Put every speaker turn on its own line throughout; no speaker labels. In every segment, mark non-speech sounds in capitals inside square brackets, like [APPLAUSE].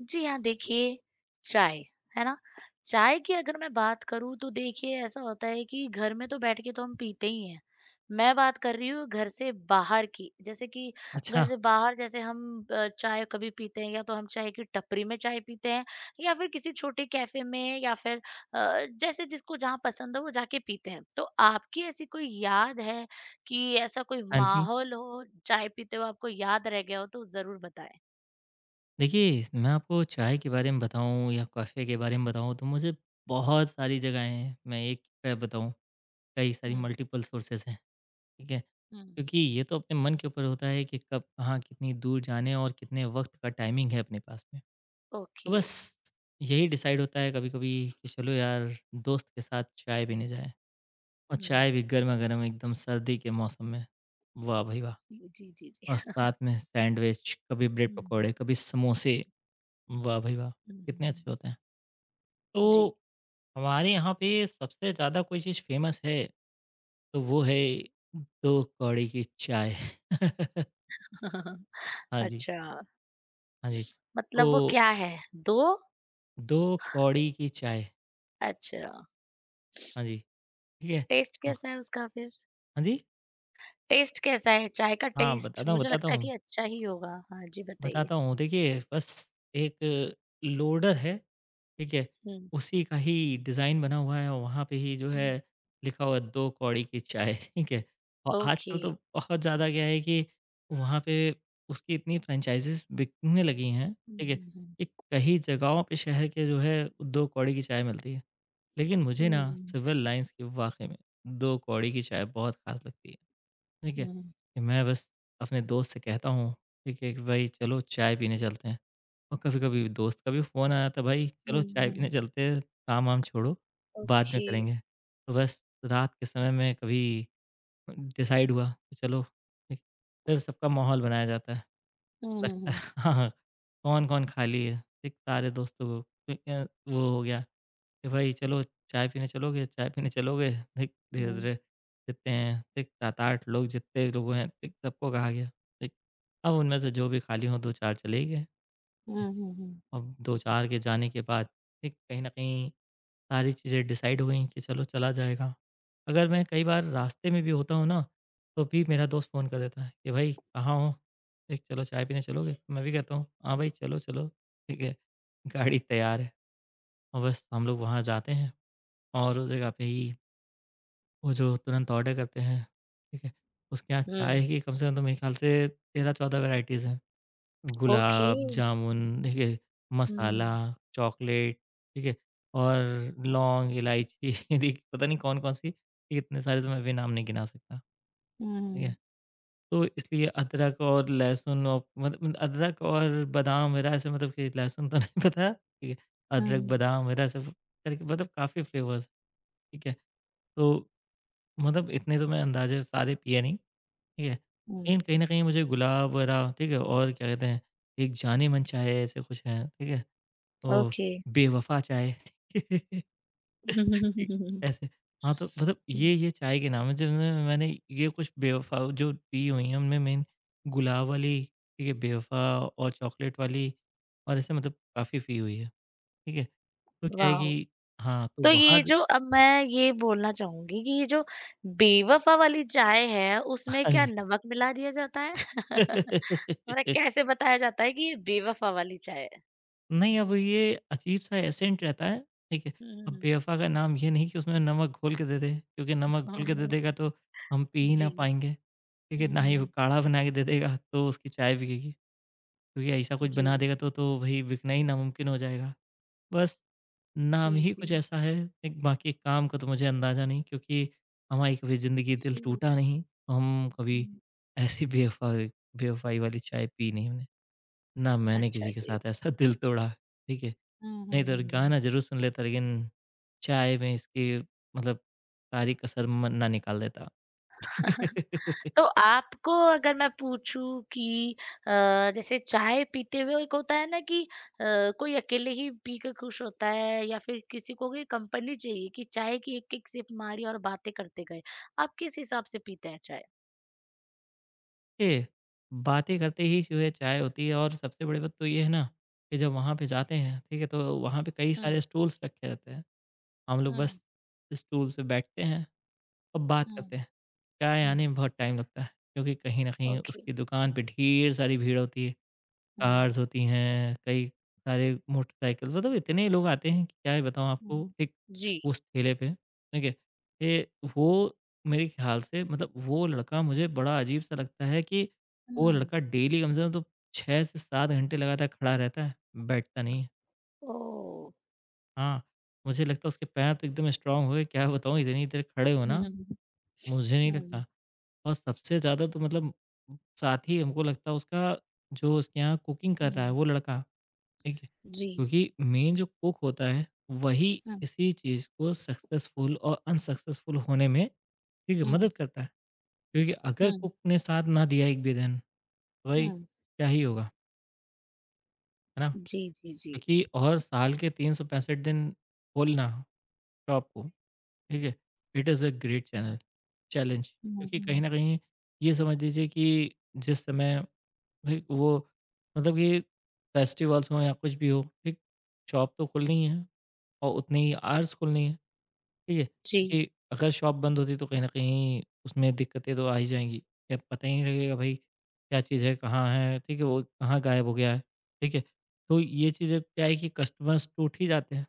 जी हाँ, देखिए चाय, है ना? चाय की अगर मैं बात करूँ तो देखिए ऐसा होता है कि घर में तो बैठ के तो हम पीते ही हैं। मैं बात कर रही हूँ घर से बाहर की, जैसे कि घर
अच्छा,
से बाहर जैसे हम चाय कभी पीते हैं या तो हम चाय की टपरी में चाय पीते हैं या फिर किसी छोटे कैफ़े में या फिर जैसे जिसको जहाँ पसंद हो वो जाके पीते हैं। तो आपकी ऐसी कोई याद है कि ऐसा कोई
हाँ जी।
माहौल हो चाय पीते हुए आपको याद रह गया हो तो ज़रूर बताएँ?
देखिए, मैं आपको चाय के बारे में बताऊँ या कॉफ़ी के बारे में बताऊँ तो मुझे बहुत सारी जगहें हैं। मैं एक क्या बताऊँ, कई सारी
हुँ,
मल्टीपल सोर्सेज़ हैं, ठीक है?
हुँ।
क्योंकि ये तो अपने मन के ऊपर होता है कि कब, कहाँ, कितनी दूर जाने और कितने वक़्त का टाइमिंग है अपने पास में। तो
ओके।
बस यही डिसाइड होता है कभी-कभी कि चलो यार, दोस्त के साथ चाय पीने जाएँ और
हुँ।
चाय भी गरमा-गरम एकदम सर्दी के मौसम में। वाह भाई वाह!
जी, जी, जी,
और
जी।
साथ में सैंडविच, कभी ब्रेड
हुँ, हुँ।
पकौड़े, कभी समोसे। वाह भाई वाह!
हुँ, हुँ,
कितने
हुँ।
अच्छे होते हैं।
जी।
तो हमारे यहाँ पे सबसे ज़्यादा कोई चीज़ फ़ेमस है, तो वो है 2 कौड़ी की चाय। [LAUGHS]
[LAUGHS]
हाँ जी,
अच्छा,
हाँ जी।
मतलब वो
तो
क्या है? 2
2 कौड़ी की चाय,
अच्छा,
हाँ जी, ठीक है।
टेस्ट कैसा है उसका फिर?
हाँ जी,
टेस्ट कैसा है? चाय का
हाँ
टेस्ट
बताता हूँ,
मुझे
बताता
लगता है
हूँ,
कि अच्छा ही होगा। हाँ जी, बताइए?
बताता हूँ। देखिए बस एक लोडर है, ठीक है?
हुँ,
उसी का ही डिज़ाइन बना हुआ है और वहाँ पे ही जो है
हुँ।
लिखा हुआ है 2 कौड़ी की चाय, [LAUGHS] ठीक है? और आजकल
ओके।
तो बहुत ज़्यादा क्या है कि वहाँ पे उसकी इतनी फ्रैंचाइज़ीज़ बिकने लगी हैं,
हुँ,
ठीक है?
हुँ, हुँ।
कि कई जगहों पे शहर के जो है 2 कौड़ी की चाय मिलती है। लेकिन मुझे ना सिविल लाइन्स की वाक़ई में 2 कौड़ी की चाय बहुत ख़ास लगती है, ठीक है?
हुँ,
कि मैं बस अपने दोस्त से कहता हूँ, ठीक है, कि भाई चलो चाय पीने चलते हैं। और कभी-कभी दोस्त का भी फ़ोन आया था, "भाई
हुँ,
चलो चाय
हुँ,
पीने
हुँ।
चलते हैं, काम-वाम छोड़ो, बाद में
ओके।
करेंगे।" तो बस रात के समय में कभी डिसाइड हुआ कि चलो ठीक, फिर सबका माहौल बनाया जाता है।
हुँ, हुँ,
लगता है
हुँ।
[LAUGHS] हाँ, हाँ, कौन-कौन खाली है, ठीक, सारे दोस्तों को ठीक है, वो हो गया कि भाई चलो चाय पीने चलोगे, ठीक,
हुँ।
धीरे-धीरे जितने हैं, ठीक, 7-8 लोग जितने लोग हैं, ठीक, सबको कहा गया, ठीक। अब उनमें से जो भी खाली हों 2-4 चले ही गए।
हुँ, हुँ, हुँ।
अब 2-4 के जाने के बाद ठीक कहीं न कहीं सारी चीज़ें डिसाइड हो गई कि चलो चला जाएगा। अगर मैं कई बार रास्ते में भी होता हूँ ना, तो भी मेरा दोस्त फ़ोन कर देता है कि भाई कहाँ हो? एक चलो चाय पीने चलोगे? मैं भी कहता हूँ, हाँ भाई चलो, चलो ठीक है। गाड़ी तैयार है और बस हम लोग वहाँ जाते हैं और उस जगह पे ही वो जो तुरंत ऑर्डर करते हैं, ठीक है? उसके यहाँ
हुँ,
चाय की कम से कम तो मेरे ख्याल से 13-14 वैराइटीज़ हैं।
ओके।
गुलाब
हुँ,
जामुन, ठीक है, मसाला,
हुँ,
चॉकलेट, ठीक है, और लौंग, इलायची [LAUGHS] देखिए पता नहीं कौन-कौन सी, ठीक, इतने सारे तो मैं भी नाम नहीं गिना सकता। ठीक है? तो इसलिए अदरक और लहसुन औ मतलब अदरक और बादाम वगैरह ऐसे मतलब कि लहसुन तो [LAUGHS] नहीं पता, ठीक है,
हुँ,
अदरक,
हुँ,
बादाम वगैरह सब करके मतलब काफ़ी फ्लेवर्स, ठीक है। तो मतलब इतने तो मैं अंदाज़े सारे पिए नहीं। ठीक है?
हुँ,
लेकिन कहीं न कहीं मुझे गुलाब वगैरह ठीक है? और क्या कहते हैं, एक जाने-मन चाहे ऐसे कुछ है, ठीक है? तो
ओके।
बेवफ़ा चाय [LAUGHS] ठीक,
[LAUGHS]
ऐसे हाँ, तो मतलब ये
हुँ।
ये चाय के नाम हैं जिनमें मैंने ये कुछ बेवफ़ा जो पी हुई हैं उनमें मेन गुलाब वाली, ठीक है? बेवफ़ा और चॉकलेट वाली और ऐसे मतलब काफ़ी पी हुई है, ठीक है? तो क्या है
वाओ!
कि हाँ, तो
तो
वहाँ
ये
[LAUGHS]
जो अब मैं ये बोलना चाहूँगी कि ये जो बेवफ़ा वाली चाय है, उसमें
हाँ
क्या
जी।
नमक मिला दिया जाता है? [LAUGHS] मतलब
[LAUGHS]
कैसे बताया जाता है कि ये बेवफ़ा वाली चाय है?
नहीं, अब ये अजीब-सा एसेंट रहता है, ठीक है? अब
हुँ,
बेवफ़ा का नाम ये नहीं कि उसमें नमक घोल के दे दे, क्योंकि नमक घोल के दे
हुँ।
देगा
[LAUGHS]
तो हम पी ही ना
जी।
पाएँगे, ठीक है?
हुँ,
ना ही वो
हुँ।
काढ़ा बना के दे देगा तो उसकी चाय बिकेगी, क्योंकि ऐसा कुछ
जी।
बना देगा तो भई बिकना ही नामुमकिन हो जाएगा। बस नाम
जी,
ही
जी।
कुछ ऐसा है, एक बाकी काम का तो मुझे अंदाज़ा नहीं क्योंकि हमारी कभी ज़िंदगी दिल
जी।
टूटा नहीं, तो हम कभी
हुँ।
ऐसी बेवफ़ा बेवफ़ाई वाली चाय पी नहीं हमने। ना मैंने
अच्छा
किसी के
जी।
साथ ऐसा दिल तोड़ा, ठीक है?
हुँ, हुँ,
नहीं तो
हुँ, हुँ।
गाना ज़रूर सुन लेता लेकिन चाय में इसकी मतलब सारी कसर मन ना निकाल देता। [LAUGHS]
तो आपको अगर मैं पूछूँ कि अ, जैसे चाय पीते हुए एक होता है ना कि अ, कोई अकेले ही पी के खुश होता है या फिर किसी को कोई कंपनी चाहिए कि चाय की एक एक सिप मारी और बातें करते गए आप किस हिसाब से पीते हैं चाय।
ये बातें करते ही जो है चाय होती है और सबसे बड़ी बात तो ये है ना कि जब वहाँ पे जाते हैं, ठीक है? तो वहाँ पे कई सारे
हम्म।
स्टूल्स रखे रहते हैं। हम लोग
हम्म।
बस स्टूल पे बैठते हैं और बात
हम्म।
करते हैं। चाय आने
हम्म।
में बहुत टाइम लगता है क्योंकि कहीं न कहीं
ओके।
उसकी दुकान पे ढेर सारी भीड़ होती है।
हम्म।
कार्स होती हैं, कई सारे मोटरसाइकिल मतलब इतने लोग आते हैं कि क्या ही बताऊँ आपको,
हम्म।
ठीक
जी।
उस ठेले पे, ठीक है? ये वो मेरे ख़्याल से मतलब वो लड़का मुझे बड़ा अजीब-सा लगता है कि वो
हम्म।
लड़का डेली कम से कम तो 6 से 7 घंटे लगातार खड़ा रहता है, बैठता नहीं है।
ओ।
हाँ, मुझे लगता है उसके पैर तो एकदम स्ट्रॉन्ग हो गए, क्या बताऊँ इतनी देर खड़े होना,
हम्म,
मुझे नहीं
हम्म,
लगता और सबसे ज़्यादा तो मतलब साथ ही हमको लगता है उसका जो उसके यहाँ कुकिंग कर रहा है
हम्म,
वो लड़का, ठीक है?
जी।
क्योंकि मेन जो कुक होता है वही
हम्म,
इसी चीज़ को सक्सेसफुल और अनसक्सेसफुल होने में ठीक है
हम्म,
मदद करता है। क्योंकि अगर
हम्म,
कुक ने साथ ना दिया एक भी दिन तो भाई
हम्म,
क्या ही होगा, है ना?
जी जी जी।
क्योंकि और साल के 365 दिन खोलना शॉप को ठीक है, it is a great channel challenge
हम्म,
क्योंकि कहीं
हम्म,
न कहीं ये समझ लीजिए कि जिस समय भाई वो मतलब कि फेस्टिवल्स हों या कुछ भी हो, ठीक? शॉप तो खुलनी ही है। और उतने ही आर्स खुलनी है, ठीक है?
जी।
क्योंकि अगर शॉप बंद होती तो कहीं न कहीं उसमें दिक्कतें तो आ ही जाएँगी। क्या पता ही नहीं लगेगा भाई क्या चीज़ है, कहाँ है, ठीक है? वो कहाँ गायब हो गया है, ठीक है? तो ये चीज़ें क्या है कि कस्टमर्स टूट ही जाते हैं,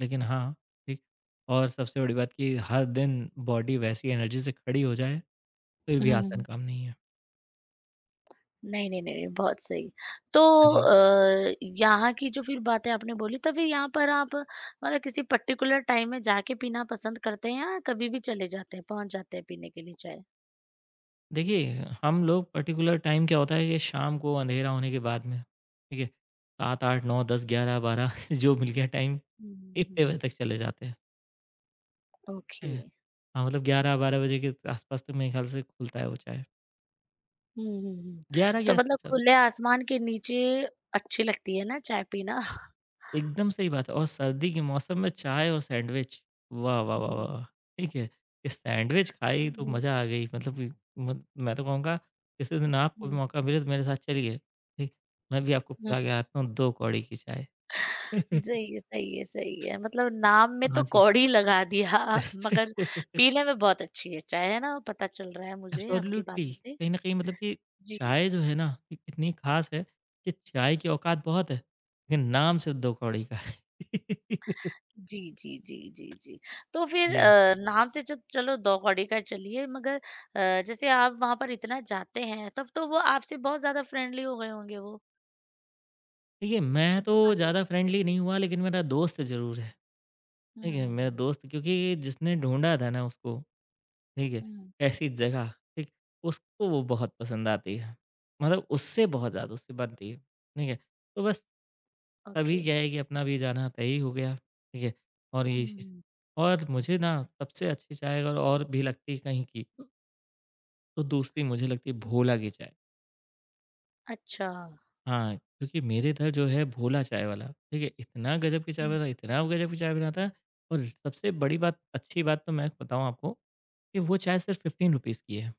लेकिन हाँ, ठीक और सबसे बड़ी बात कि हर दिन बॉडी वैसी एनर्जी से खड़ी हो जाए, तो ये भी आसान
हम्म।
काम नहीं है।
नहीं, नहीं, नहीं, नहीं, बहुत सही। तो
हाँ जी।
यहाँ की जो फिर बातें आपने बोली, तो फिर यहाँ पर आप मतलब किसी पर्टिकुलर टाइम में जाके पीना पसंद करते हैं या कभी भी चले जाते हैं, पहुँच जाते हैं पीने के लिए चाय?
देखिए, हम लोग पर्टिकुलर टाइम क्या होता है कि शाम को अंधेरा होने के बाद में, ठीक है? 7, 8, 9, 10, 11, 12 [LAUGHS] जो मिल गया टाइम
हुँ, हुँ,
1 बजे
हुँ।
तक चले जाते हैं, ठीक
ओके।
है? हाँ, मतलब 11-12 बजे के आसपास तो मेरे ख्याल से खुलता है वो चाय,
हुँ, हुँ, हुँ।
11 के
तो
आसपास
मतलब
चल
खुले आसमान के नीचे अच्छी लगती है ना चाय पीना?
एकदम सही बात है और सर्दी के मौसम में चाय और सैंडविच, वाह, वाह, वाह, वाह!
हुँ।
वाह, ठीक है, ये सैंडविच खाई
हुँ,
तो
हुँ,
मज़ा आ गई मतलब कि म मैं तो कहूँगा किसी दिन आपको भी मौका मिले तो मेरे साथ चलिए, ठीक? मैं भी आपको
हुँ।
पिला के आता हूँ 2 कौड़ी की चाय। [LAUGHS]
सही है, सही है, सही है। मतलब नाम में
हाँ
तो
जी।
कौड़ी लगा दिया मगर
[LAUGHS]
पीने में बहुत अच्छी है चाय, है ना? पता चल रहा है मुझे आपकी
एब्सोल्युटली
बातों से।
कहीं न कहीं मतलब कि
जी,
चाय जो है ना कि इतनी ख़ास है कि चाय की औकात बहुत है, लेकिन नाम सिर्फ़ 2 कौड़ी का है। [LAUGHS]
जी, जी, जी, जी, जी। तो फिर
जी,
नाम से जो चलो दो कौड़ी का चलिए मगर जैसे आप वहाँ पर इतना जाते हैं तब तो वो आपसे बहुत ज़्यादा फ्रेंडली हो गए होंगे वो
देखिए मैं
जो
तो
दुकान वाले?
ज़्यादा फ्रेंडली नहीं हुआ लेकिन मेरा दोस्त ज़रूर है, ठीक
हुँ,
है?
हुँ,
मेरा
हुँ,
दोस्त क्योंकि जिसने ढूँढा था ना उसको, ठीक है?
हुँ,
ऐसी जगह, ठीक? उसको वो बहुत पसंद आती है, मतलब उससे बहुत ज़्यादा उससे बनती है, ठीक है? तो बस
ओके।
तभी क्या है कि अपना भी जाना तय हो गया, ठीक है? और ये चीज़
हुँ,
और मुझे ना सबसे अच्छी चाय अगर और भी लगती है कहीं की, तो दूसरी मुझे लगती है
हुँ।
भोला की चाय।
अच्छा।
हाँ, क्योंकि मेरे इधर जो है भोला चाय वाला, ठीक है? इतना गज़ब की चाय
हुँ,
बनाता है, इतना गज़ब की चाय बनाता है और सबसे बड़ी बात, अच्छी बात तो मैं बताऊँ आपको, कि वो चाय सिर्फ़ ₹15 की है।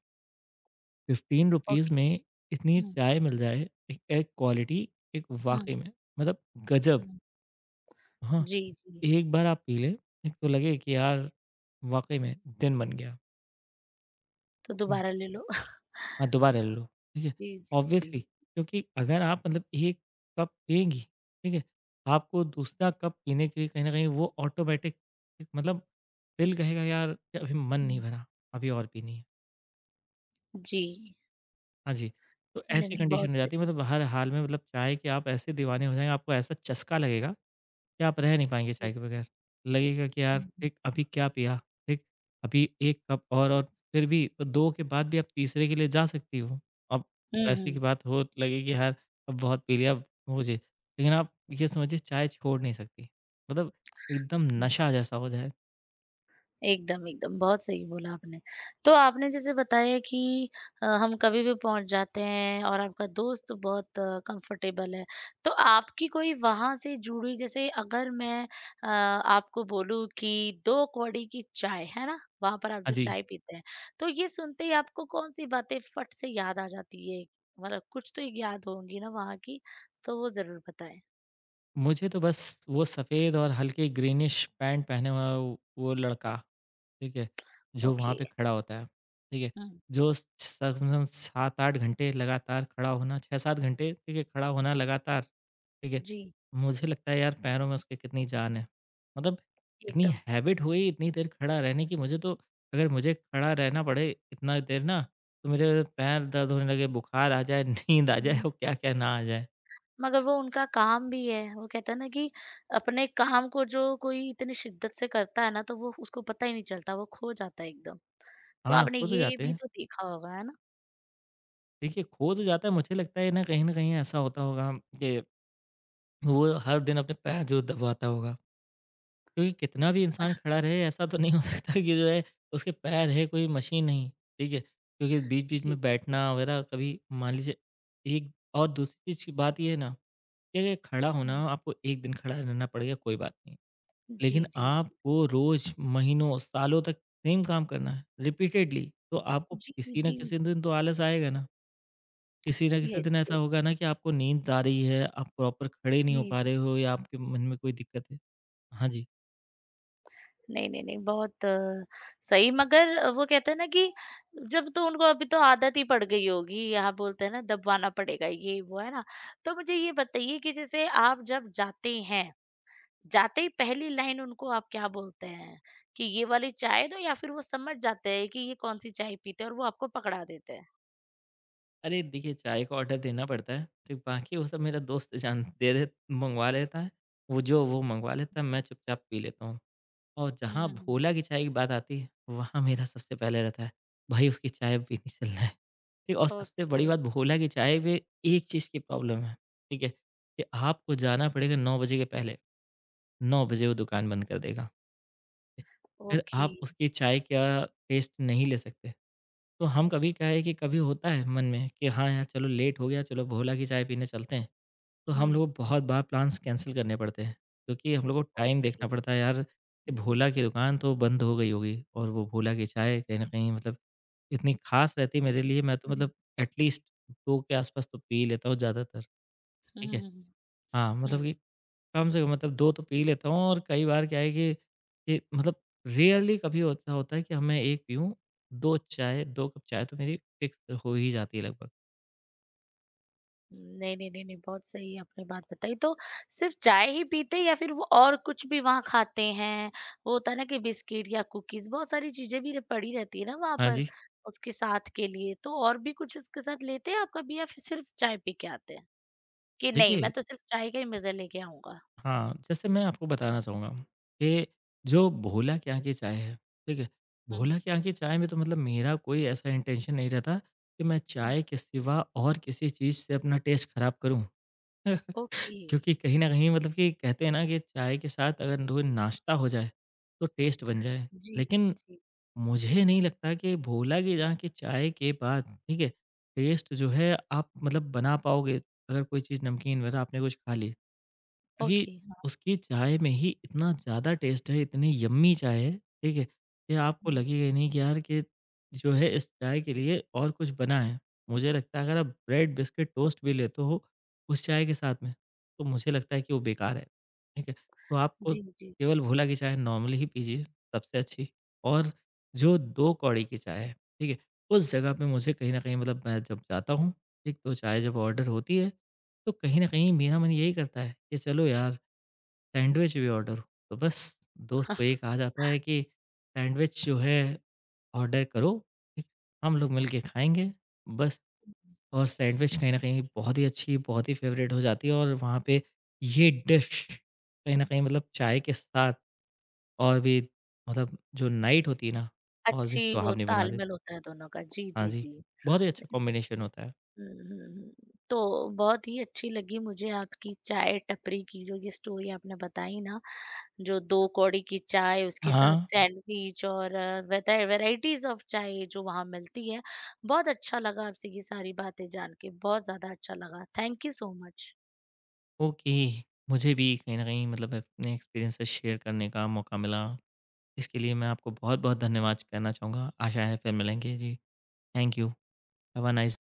₹15
ओके।
में इतनी
हुँ,
चाय मिल जाए, एक एक क्वालिटी, एक
हुँ,
वाक़ई में मतलब गज़ब।
हुँ।
हाँ,
जी, जी,
एक बार आप पी लें, एक तो लगे कि यार वाक़ई में दिन बन गया।
तो
हुँ,
दोबारा ले लो। [LAUGHS]
हाँ, दोबारा ले लो, ठीक है?
जी, जी,
ऑब्वियसली
जी।
क्योंकि अगर आप मतलब 1 कप पिएँगी, ठीक है? आपको दूसरा कप पीने के लिए कहीं न कहीं वो ऑटोमैटिक मतलब दिल कहेगा यार कि अभी मन नहीं
हुँ,
भरा, अभी और पीनी है।
जी।
हाँ जी, तो
नहीं,
ऐसी
नहीं
कंडीशन
बहुत
हो
सही।
जाती है मतलब हर हाल में मतलब चाय के आप ऐसे दीवाने हो जाएँगे, आपको ऐसा चस्का लगेगा कि आप रह नहीं पाएँगे
जी।
चाय के बगैर। लगेगा कि यार
हुँ, हुँ,
एक अभी क्या पिया, एक अभी 1 कप और
हुँ।
और फिर भी 2 के बाद भी आप तीसरे के लिए जा सकती हो। अब
हुँ,
पैसे
हुँ,
की बात हो लगेगी यार अब बहुत पी लिया अब हो जे लेकिन आप ये समझिए चाय छोड़ नहीं सकती। मतलब एकदम
हुँ।
नशा जैसा हो जाए।
एकदम, एकदम, बहुत सही बोला आपने। तो आपने जैसे बताया कि हम कभी भी पहुँच जाते हैं और आपका दोस्त बहुत कंफर्टेबल है। तो आपकी कोई वहाँ से जुड़ी जैसे अगर मैं आपको बोलूँ कि 2 कौड़ी की चाय, है ना? वहाँ पर आप
हाँ
जो
जी।
चाय पीते हैं, तो ये सुनते ही आपको कौन-सी बातें फट से याद आ जाती है? मतलब कुछ तो याद होंगी ना वहाँ की, तो वो ज़रूर बताएँ।
मुझे तो बस वो सफ़ेद और हल्के ग्रीनिश पैंट पहने हुआ वो लड़का, ठीक है? जो वहाँ
ओके।
पे खड़ा होता है, ठीक है?
हुँ।
जो स समझो 7-8 घंटे लगातार खड़ा होना 6-7 घंटे ठीक है, खड़ा होना लगातार, ठीक है?
जी,
मुझे लगता है यार पैरों में उसके कितनी जान है। मतलब इतनी
एकदम।
हैबिट हो गई इतनी देर खड़ा रहने की मुझे तो अगर मुझे खड़ा रहना पड़े इतना देर ना, तो मेरे पैर दर्द होने लगे, बुखार आ जाए, [LAUGHS] नींद आ जाए और क्या-क्या ना आ जाए।
मगर वो उनका काम भी है। वो कहते हैं ना कि अपने काम को जो कोई इतनी शिद्दत से करता है ना, तो वो उसको पता ही नहीं चलता, वो खो जाता है एकदम। तो
हाँ,
आपने
खो तो
ये
जाते
भी
हैं।
तो देखा होगा, है ना?
देखिए, खो तो जाता है, मुझे लगता है ना कहीं न कहीं ऐसा होता होगा कि वो हर दिन अपने पैर ज़रूर दबाता होगा। क्योंकि कितना भी इंसान खड़ा रहे, ऐसा तो नहीं हो सकता कि जो है उसके पैर है, कोई मशीन नहीं, ठीक है? क्योंकि बीच-बीच
जी,
में
जी, जी।
बैठना वगैरह कभी मान लीजिए एक और दूसरी चीज़ की बात ये है ना, कि अगर खड़ा होना
हुँ।
आपको 1 दिन खड़ा रहना पड़ेगा, कोई बात नहीं। लेकिन
जी, जी।
आपको रोज़, महीनों, सालों तक सेम काम करना है, रिपीटेडली, तो आपको
जी,
किसी न
जी।
किसी दिन तो आलस आएगा ना। किसी न किसी
यस,
दिन ऐसा
यस।
होगा ना कि आपको नींद आ रही है, आप प्रॉपर खड़े नहीं हो
जी,
पा
जी।
रहे हो या आपके मन में कोई दिक्कत है? हाँ जी।
नहीं, नहीं, नहीं, बहुत सही मगर वो कहते हैं ना कि जब तो उनको अभी तो आदत ही पड़ गई होगी, यहाँ बोलते हैं ना दबवाना पड़ेगा ये वो, है ना? तो मुझे ये बताइए कि जैसे आप जब जाते हैं जाते ही पहली लाइन उनको आप क्या बोलते हैं कि ये वाली चाय दो या फिर वो समझ जाते हैं कि ये कौन सी चाय पीते हैं और वो आपको पकड़ा देते हैं।
अरे! देखिए चाय का ऑर्डर देना पड़ता है, फिर बाकी वो सब मेरा दोस्त जान दे दे मँगवा लेता है। वो मँगवा लेता है,
जी।
मैं चुपचाप पी लेता हूँ। और जहाँ
हम्म। हम्म।
भोला की चाय की बात आती है, वहाँ मेरा सबसे पहले रहता है, भाई उसकी चाय पीनी चलना है। ठीक और सबसे बड़ी
ओके।
बात भोला की चाय में एक चीज़ की प्रॉब्लम है, ठीक है? कि आपको जाना पड़ेगा 9 बजे के पहले, 9 बजे वो दुकान बंद कर देगा। फिर
ओके।
आप उसकी चाय का टेस्ट नहीं ले सकते। तो हम कभी क्या है कि कभी होता है मन में कि हाँ यार चलो लेट हो गया, चलो भोला की चाय पीने चलते हैं। तो हम
हम्म।
लोगों को बहुत बार प्लान्स कैंसल करने पड़ते हैं क्योंकि हम लोगों को टाइम
ओके।
देखना पड़ता है यार कि
हम्म।
भोला की दुकान तो बंद हो गई होगी और वो भोला की चाय कहीं न कहीं मतलब इतनी ख़ास रहती है मेरे लिए मैं तो
हम्म।
मतलब एटलीस्ट 2 के आस-पास तो पी लेता हूँ ज़्यादातर, ठीक
हम्म।
है? हाँ, मतलब
हम्म,
कि कम से कम मतलब 2 तो पी लेता हूँ और कई बार क्या है कि मतलब रेयरली कभी होता होता है कि हाँ, मैं 1 पीऊँ, 2 चाय 2 कप चाय तो मेरी फिक्स हो ही जाती है लगभग।
नहीं, नहीं, नहीं, नहीं, बहुत सही आपने बात बताई। तो सिर्फ़ चाय ही पीते हैं या फिर वो और कुछ भी वहाँ खाते हैं? वो होता है ना कि बिस्किट या कुकीज़ बहुत सारी चीज़ें भी पड़ी रहती है ना वहाँ
हाँ
पर
जी।
उसके साथ के लिए। तो और भी कुछ उसके साथ लेते हैं आप कभी या फिर सिर्फ़ चाय पी के आते हैं? कि नहीं
देखिए
मैं तो सिर्फ़ चाय का ही मज़ा लेके आऊँगा?
हाँ, जैसे मैं आपको बताना चाहूँगा कि जो भोला के यहाँ की चाय है, ठीक है?
हुँ।
भोला के यहाँ की चाय में तो मतलब मेरा कोई ऐसा इंटेंशन नहीं रहता कि मैं
हुँ,
चाय के सिवा और किसी चीज़ से अपना टेस्ट खराब करूँ। [LAUGHS]
ओके।
क्योंकि कहीं न कहीं मतलब कि कहते हैं ना कि चाय के साथ अगर कोई नाश्ता हो जाए, तो टेस्ट बन जाए।
जी,
लेकिन
जी।
मुझे नहीं लगता कि भोला की जहाँ की चाय के बाद, ठीक है, टेस्ट जो है आप मतलब बना पाओगे, अगर कोई चीज़ नमकीन वगैरह आपने कुछ खा ली। क्योंकि
ओके, हाँ,
उसकी चाय में ही इतना ज़्यादा टेस्ट है, इतनी यम्मी चाय है, ठीक है? कि आपको
हुँ।
लगेगा ही नहीं कि यार कि जो है इस चाय के लिए और कुछ बना है। मुझे लगता है अगर आप ब्रेड, बिस्किट, टोस्ट भी लेते हो उस चाय के साथ में, तो मुझे लगता है कि वो बेकार है, ठीक है? तो आपको
जी, जी।
केवल भोला की चाय नॉर्मली ही पीजिए, सबसे अच्छी और जो 2 कौड़ी की चाय है, ठीक है? उस जगह पे मुझे कहीं न कहीं मतलब मैं जब जाता हूँ, एक तो चाय जब ऑर्डर होती है तो कहीं न कहीं मेरा मन यही करता है कि चलो यार सैंडविच भी ऑर्डर हो। तो बस दोस्त को ये कहा जाता है कि सैंडविच जो है ऑर्डर करो, ठीक, हम लोग मिल के खाएँगे बस और सैंडविच कहीं न कहीं बहुत ही अच्छी, बहुत ही फ़ेवरेट हो जाती है और वहाँ पे ये डिश कहीं न कहीं मतलब चाय के साथ और भी मतलब जो नाइट होती है ना और भी
अच्छी वो
सुहावनी बना देती
तालमेल होता है दोनों का। जी,
हाँ
जी,
जी,
जी।
बहुत ही अच्छा कॉम्बिनेशन होता है।
हुँ, हुँ, हुँ। तो बहुत ही अच्छी लगी मुझे आपकी चाय टपरी की जो ये स्टोरी आपने बताई ना, जो 2 कौड़ी की चाय उसके साथ हुँ।
हाँ।
सैंडविच और वेता वैराइटीज़ ऑफ चाय जो वहाँ मिलती है। बहुत अच्छा लगा आपसे ये सारी बातें जान के, बहुत ज़्यादा अच्छा लगा। Thank you so much.
Okay मुझे भी कहीं न कहीं मतलब अपने एक्सपीरियंसेस शेयर करने का मौका मिला। इसके लिए मैं आपको बहुत-बहुत धन्यवाद कहना चाहूँगा। आशा है फिर मिलेंगे। जी, thank you. Have a nice